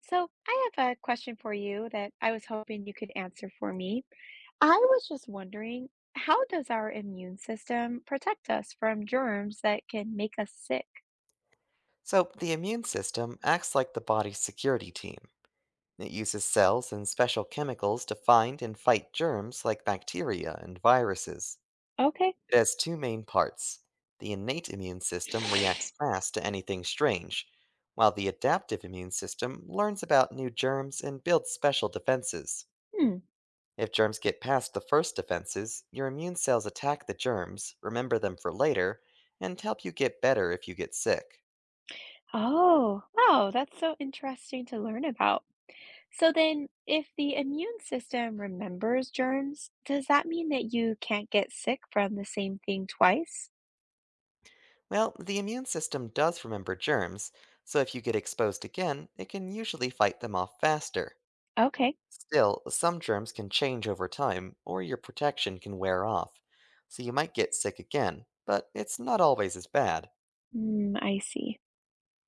So, I have a question for you that I was hoping you could answer for me. I was just wondering, how does our immune system protect us from germs that can make us sick? So, the immune system acts like the body's security team. It uses cells and special chemicals to find and fight germs like bacteria and viruses. Okay. It has two main parts. The innate immune system reacts fast to anything strange, while the adaptive immune system learns about new germs and builds special defenses. Hmm. If germs get past the first defenses, your immune cells attack the germs, remember them for later, and help you get better if you get sick. Oh, wow, that's so interesting to learn about. So then, if the immune system remembers germs, does that mean that you can't get sick from the same thing twice? Well, the immune system does remember germs, so if you get exposed again, it can usually fight them off faster. Okay. Still, some germs can change over time, or your protection can wear off, so you might get sick again, but it's not always as bad. Hmm, I see.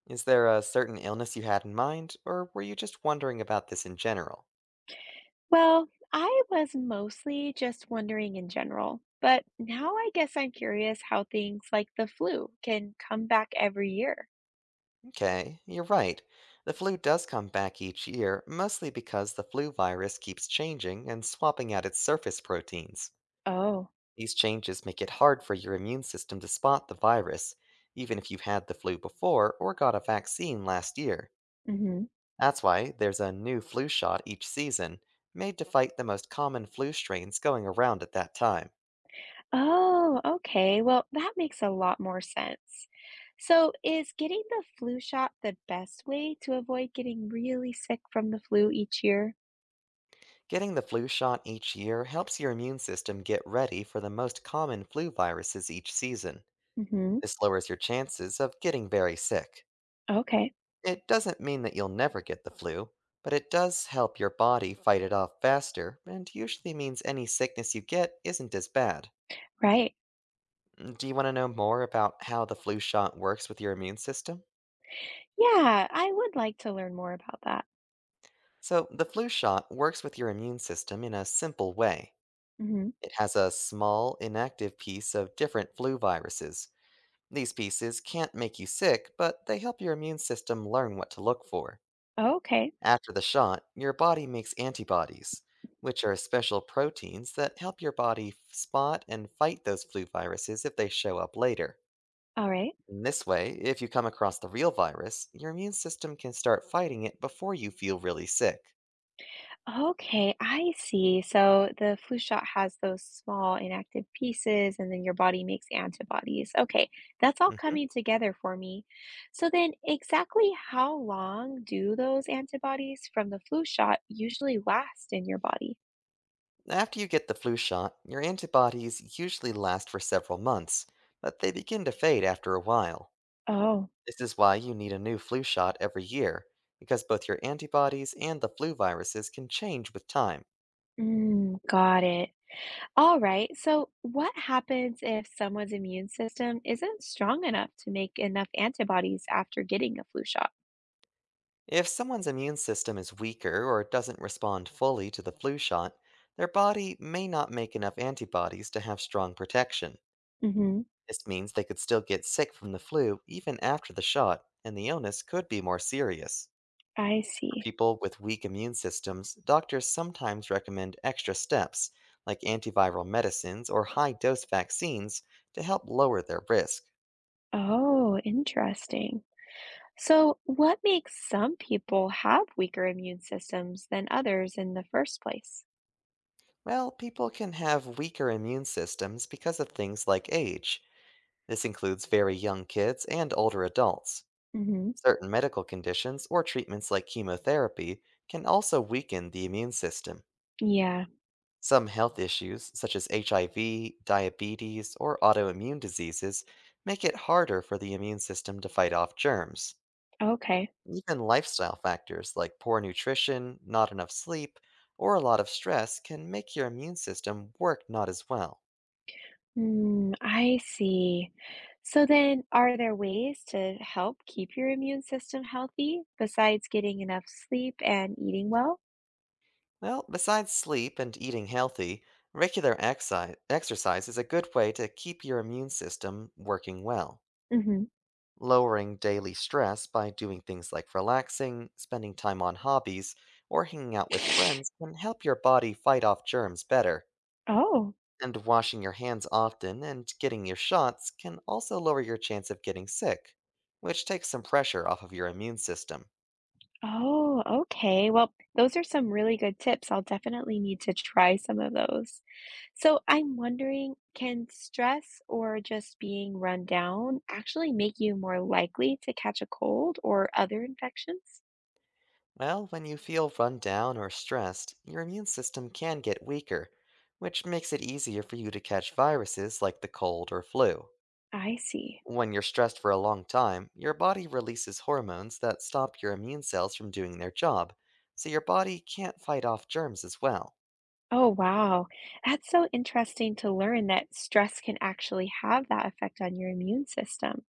Is there a certain illness you had in mind, or were you just wondering about this in general? Well, I was mostly just wondering in general, but now I guess I'm curious how things like the flu can come back every year. Okay, you're right. The flu does come back each year, mostly because the flu virus keeps changing and swapping out its surface proteins. Oh, These changes make it hard for your immune system to spot the virus, even if you've had the flu before or got a vaccine last year. hmm. That's why there's a new flu shot each season, made to fight the most common flu strains going around at that time. Oh, okay. Well, that makes a lot more sense. So, is getting the flu shot the best way to avoid getting really sick from the flu each year? Getting the flu shot each year helps your immune system get ready for the most common flu viruses each season. Hmm. This lowers your chances of getting very sick. Okay, It doesn't mean that you'll never get the flu, but it does help your body fight it off faster and usually means any sickness you get isn't as bad. right. Mm, do you want to know more about how the flu shot works with your immune system? Yeah, I would like to learn more about that. So, the flu shot works with your immune system in a simple way. Hmm. It has a small, inactive piece of different flu viruses. These pieces can't make you sick, but they help your immune system learn what to look for. Okay, After the shot, your body makes antibodies, which are special proteins that help your body spot and fight those flu viruses if they show up later. all right. In this way, if you come across the real virus, your immune system can start fighting it before you feel really sick. Okay, I see. So the flu shot has those small inactive pieces, and then your body makes antibodies. Okay, that's all Mhm. coming together for me. So then, exactly how long do those antibodies from the flu shot usually last in your body? After you get the flu shot, your antibodies usually last for several months, but they begin to fade after a while. Oh, This is why you need a new flu shot every year, because both your antibodies and the flu viruses can change with time. mm, got it. All right. So what happens if someone's immune system isn't strong enough to make enough antibodies after getting a flu shot? If someone's immune system is weaker or doesn't respond fully to the flu shot, their body may not make enough antibodies to have strong protection. Mm-hmm. This means they could still get sick from the flu even after the shot, and the illness could be more serious. I For see. people with weak immune systems, doctors sometimes recommend extra steps, like antiviral medicines or high dose vaccines, to help lower their risk. Oh, interesting. So, what makes some people have weaker immune systems than others in the first place? Well, people can have weaker immune systems because of things like age. This includes very young kids and older adults. Hmm. Certain medical conditions or treatments like chemotherapy can also weaken the immune system. Yeah, Some health issues, such as HIV, diabetes, or autoimmune diseases, make it harder for the immune system to fight off germs. okay. Even lifestyle factors like poor nutrition, not enough sleep, or a lot of stress can make your immune system work not as well. Hmm, I see. So then, are there ways to help keep your immune system healthy besides getting enough sleep and eating well? Well, besides sleep and eating healthy, regular exercise is a good way to keep your immune system working well, Hmm. lowering daily stress by doing things like relaxing, spending time on hobbies, or hanging out with friends can help your body fight off germs better. Oh, And washing your hands often and getting your shots can also lower your chance of getting sick, which takes some pressure off of your immune system. oh, okay. Well, those are some really good tips. I'll definitely need to try some of those. So I'm wondering, can stress or just being run down actually make you more likely to catch a cold or other infections? Well, when you feel run down or stressed, your immune system can get weaker, which makes it easier for you to catch viruses like the cold or flu. I see. When you're stressed for a long time, your body releases hormones that stop your immune cells from doing their job, so your body can't fight off germs as well. Oh, wow. That's so interesting to learn that stress can actually have that effect on your immune system.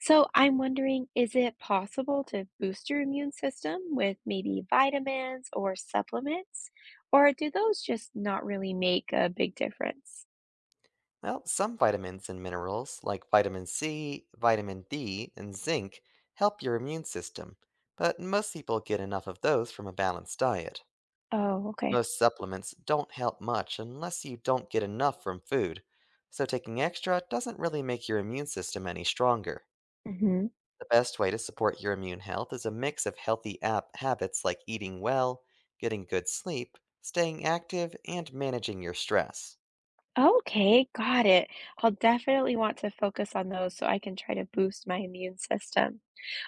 So I'm wondering, is it possible to boost your immune system with maybe vitamins or supplements, or do those just not really make a big difference? Well, some vitamins and minerals, like vitamin C, vitamin D, and zinc, help your immune system, but most people get enough of those from a balanced diet. Oh, okay. Most supplements don't help much unless you don't get enough from food, so taking extra doesn't really make your immune system any stronger. Hmm. The best way to support your immune health is a mix of healthy app habits like eating well, getting good sleep, staying active, and managing your stress. Okay, got it. I'll definitely want to focus on those so I can try to boost my immune system.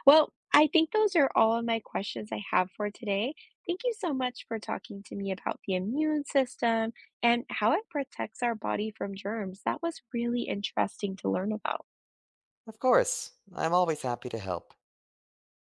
Well, I think those are all of my questions I have for today. Thank you so much for talking to me about the immune system and how it protects our body from germs. That was really interesting to learn about. Of course, I'm always happy to help.